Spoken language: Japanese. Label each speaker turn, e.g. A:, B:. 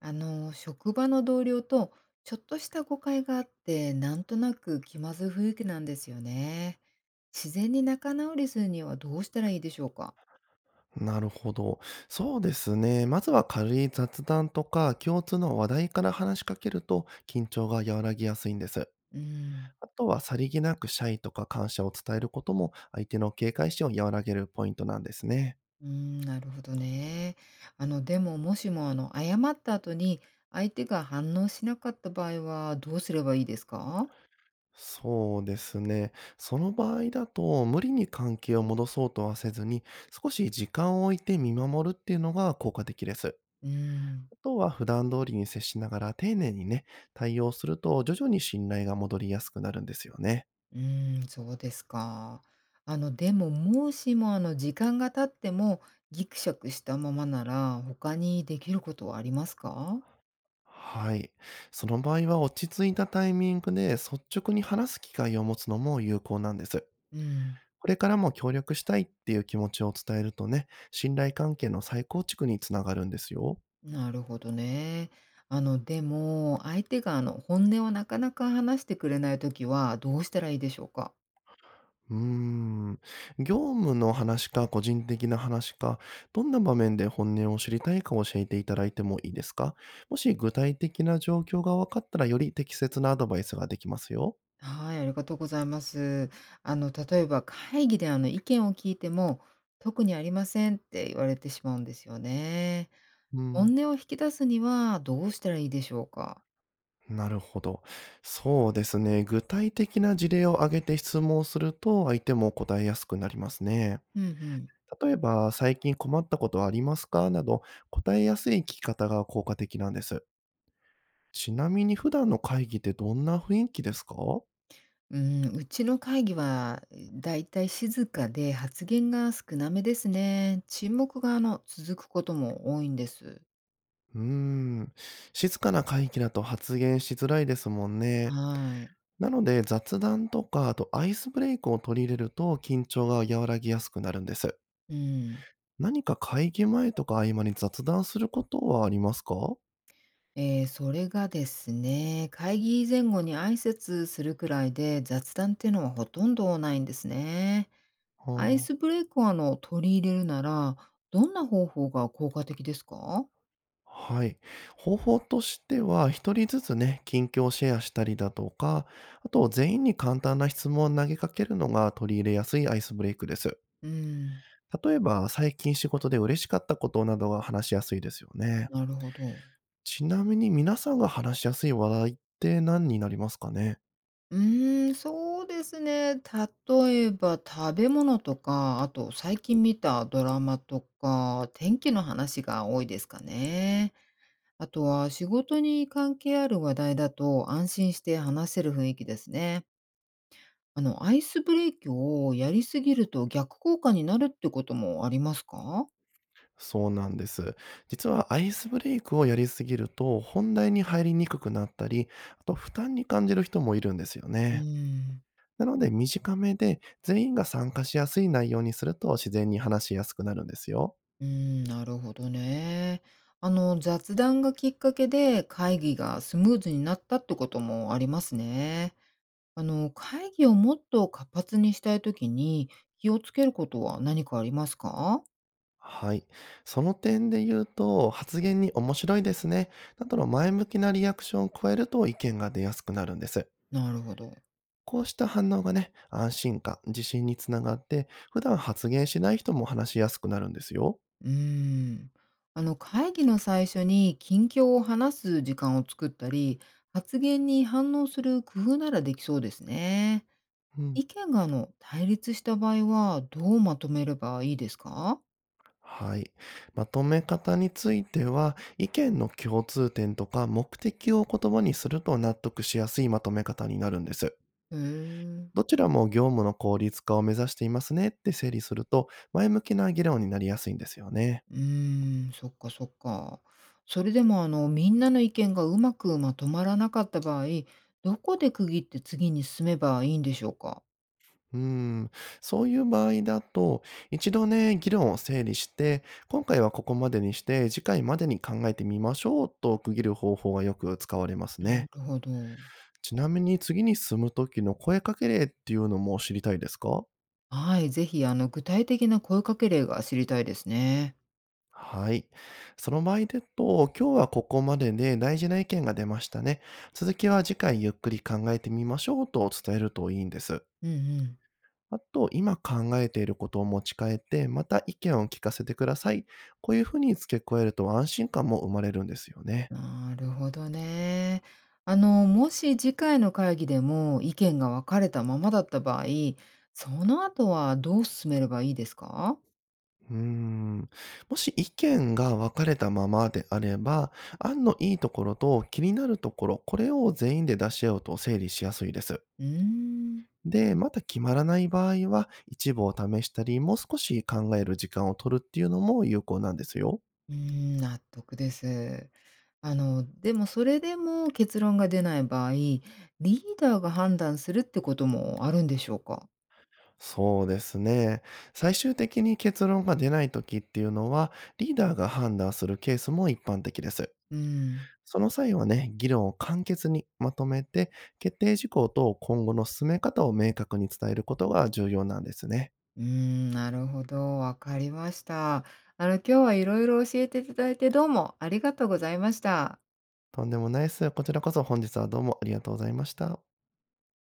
A: 職場の同僚とちょっとした誤解があって、なんとなく気まずい雰囲気なんですよね。自然に仲直りするにはどうしたらいいでしょうか？
B: なるほど。そうですね。まずは軽い雑談とか共通の話題から話しかけると、緊張が和らぎやすいんです。
A: うん、
B: あとは、さりげなくシャイとか感謝を伝えることも、相手の警戒心を和らげるポイントなんですね。
A: うん、なるほどね。でももしも謝った後に相手が反応しなかった場合はどうすればいいですか？
B: そうですね。その場合だと、無理に関係を戻そうとはせずに、少し時間を置いて見守るっていうのが効果的です。
A: うん。
B: あとは、普段通りに接しながら丁寧にね、対応すると、徐々に信頼が戻りやすくなるんですよね。
A: うーん、そうですか。でも、もしも、時間が経ってもギクシャクしたままなら、他にできることはありますか？
B: はい。その場合は、落ち着いたタイミングで率直に話す機会を持つのも有効なんです。
A: うん、
B: これからも協力したいっていう気持ちを伝えるとね、信頼関係の再構築につながるんですよ。
A: なるほどね。でも、相手が、本音をなかなか話してくれないときはどうしたらいいでしょうか？
B: うーん。業務の話か個人的な話か、どんな場面で本音を知りたいか教えていただいてもいいですか？もし具体的な状況が分かったら、より適切なアドバイスができますよ。
A: はい、ありがとうございます。例えば会議で、意見を聞いても「特にありません」って言われてしまうんですよね。
B: うん。
A: 本音を引き出すにはどうしたらいいでしょうか？
B: なるほど。そうですね。具体的な事例を挙げて質問をすると、相手も答えやすくなりますね。
A: うんうん。
B: 例えば、最近困ったことはありますかなど、答えやすい聞き方が効果的なんです。ちなみに、普段の会議ってどんな雰囲気ですか？う
A: うん、うちの会議はだいたい静かで発言が少なめですね。沈黙があの続くことも多いんです。
B: ーん。静かな会議だと発言しづらいですもんね。
A: はい。
B: なので、雑談とか、あとアイスブレイクを取り入れると、緊張が和らぎやすくなるんです。
A: うん。
B: 何か会議前とか合間に雑談することはありますか？
A: それがですね、会議前後に挨拶するくらいで雑談っていうのはほとんどないんですね。アイ
B: あ、
A: スブレイクを取り入れるなら、どんな方法が効果的ですか？
B: はい。方法としては、一人ずつね、近況をシェアしたりだとか、あと全員に簡単な質問を投げかけるのが取り入れやすいアイスブレイクです。
A: うん、
B: 例えば、最近仕事で嬉しかったことなどが話しやすいですよね。
A: なるほど。
B: ちなみに、皆さんが話しやすい話題って何になりますかね？
A: うーん、そうですね。例えば食べ物とか、あと最近見たドラマとか、天気の話が多いですかね。あとは仕事に関係ある話題だと安心して話せる雰囲気ですね。アイスブレイキをやりすぎると逆効果になるってこともありますか？
B: そうなんです。実は、アイスブレイクをやりすぎると本題に入りにくくなったり、あと負担に感じる人もいるんですよ
A: うー
B: ね。
A: ん、
B: なので、短めで全員が参加しやすい内容にすると、自然に話しやすくなるんですよ。
A: うーん、なるほどね。雑談がきっかけで会議がスムーズになったってこともありますね。会議をもっと活発にしたいときに気をつけることは何かありますか？
B: はい。その点で言うと、発言に面白いですね、などの前向きなリアクションを加えると、意見が出やすくなるんです。
A: なるほど。
B: こうした反応がね、安心感、自信につながって、普段発言しない人も話しやすくなるんですよ。
A: うーん。会議の最初に近況を話す時間を作ったり、発言に反応する工夫ならできそうですね。
B: うん。
A: 意見が、対立した場合はどうまとめればいいですか？
B: はい。まとめ方については、意見の共通点とか目的を言葉にすると、納得しやすいまとめ方になるんです。
A: へえ。
B: どちらも業務の効率化を目指していますねって整理すると、前向きな議論になりやすいんですよね。
A: うーん、そっかそっか。それでもみんなの意見がうまくまとまらなかった場合、どこで区切って次に進めばいいんでしょうか？
B: うーん、そういう場合だと、一度ね、議論を整理して、今回はここまでにして、次回までに考えてみましょうと区切る方法がよく使われます
A: な
B: ね。
A: るほど。
B: ちなみに、次に進む時の声かけ例っていうのも知りたいですか？
A: はい、ぜひ具体的な声かけ例が知りたいですね。
B: はい。その場合だと、今日はここまでで大事な意見が出ましたね。続きは次回ゆっくり考えてみましょうと伝えるといいんです。
A: うんうん。
B: あと、今考えていることを持ち帰って、また意見を聞かせてください。こういうふうに付け加えると、安心感も生まれるんですよね。
A: なるほどね。もし次回の会議でも意見が分かれたままだった場合、その後はどう進めればいいですか？
B: うーん。もし意見が分かれたままであれば、案のいいところと気になるところ、これを全員で出し合うと整理しやすいです。
A: うーん。
B: で、また決まらない場合は、一部を試したり、もう少し考える時間を取るっていうのも有効なんですよ。
A: うーん、納得です。でもそれでも結論が出ない場合、リーダーが判断するってこともあるんでしょうか？
B: そうですね。最終的に結論が出ない時っていうのは、リーダーが判断するケースも一般的です。
A: うん。
B: その際はね、議論を簡潔にまとめて、決定事項と今後の進め方を明確に伝えることが重要なんですね。
A: うーん、なるほど、わかりました。今日は色々教えていただいて、どうもありがとうございました。
B: とんでもないです。こちらこそ本日はどうもありがとうございました。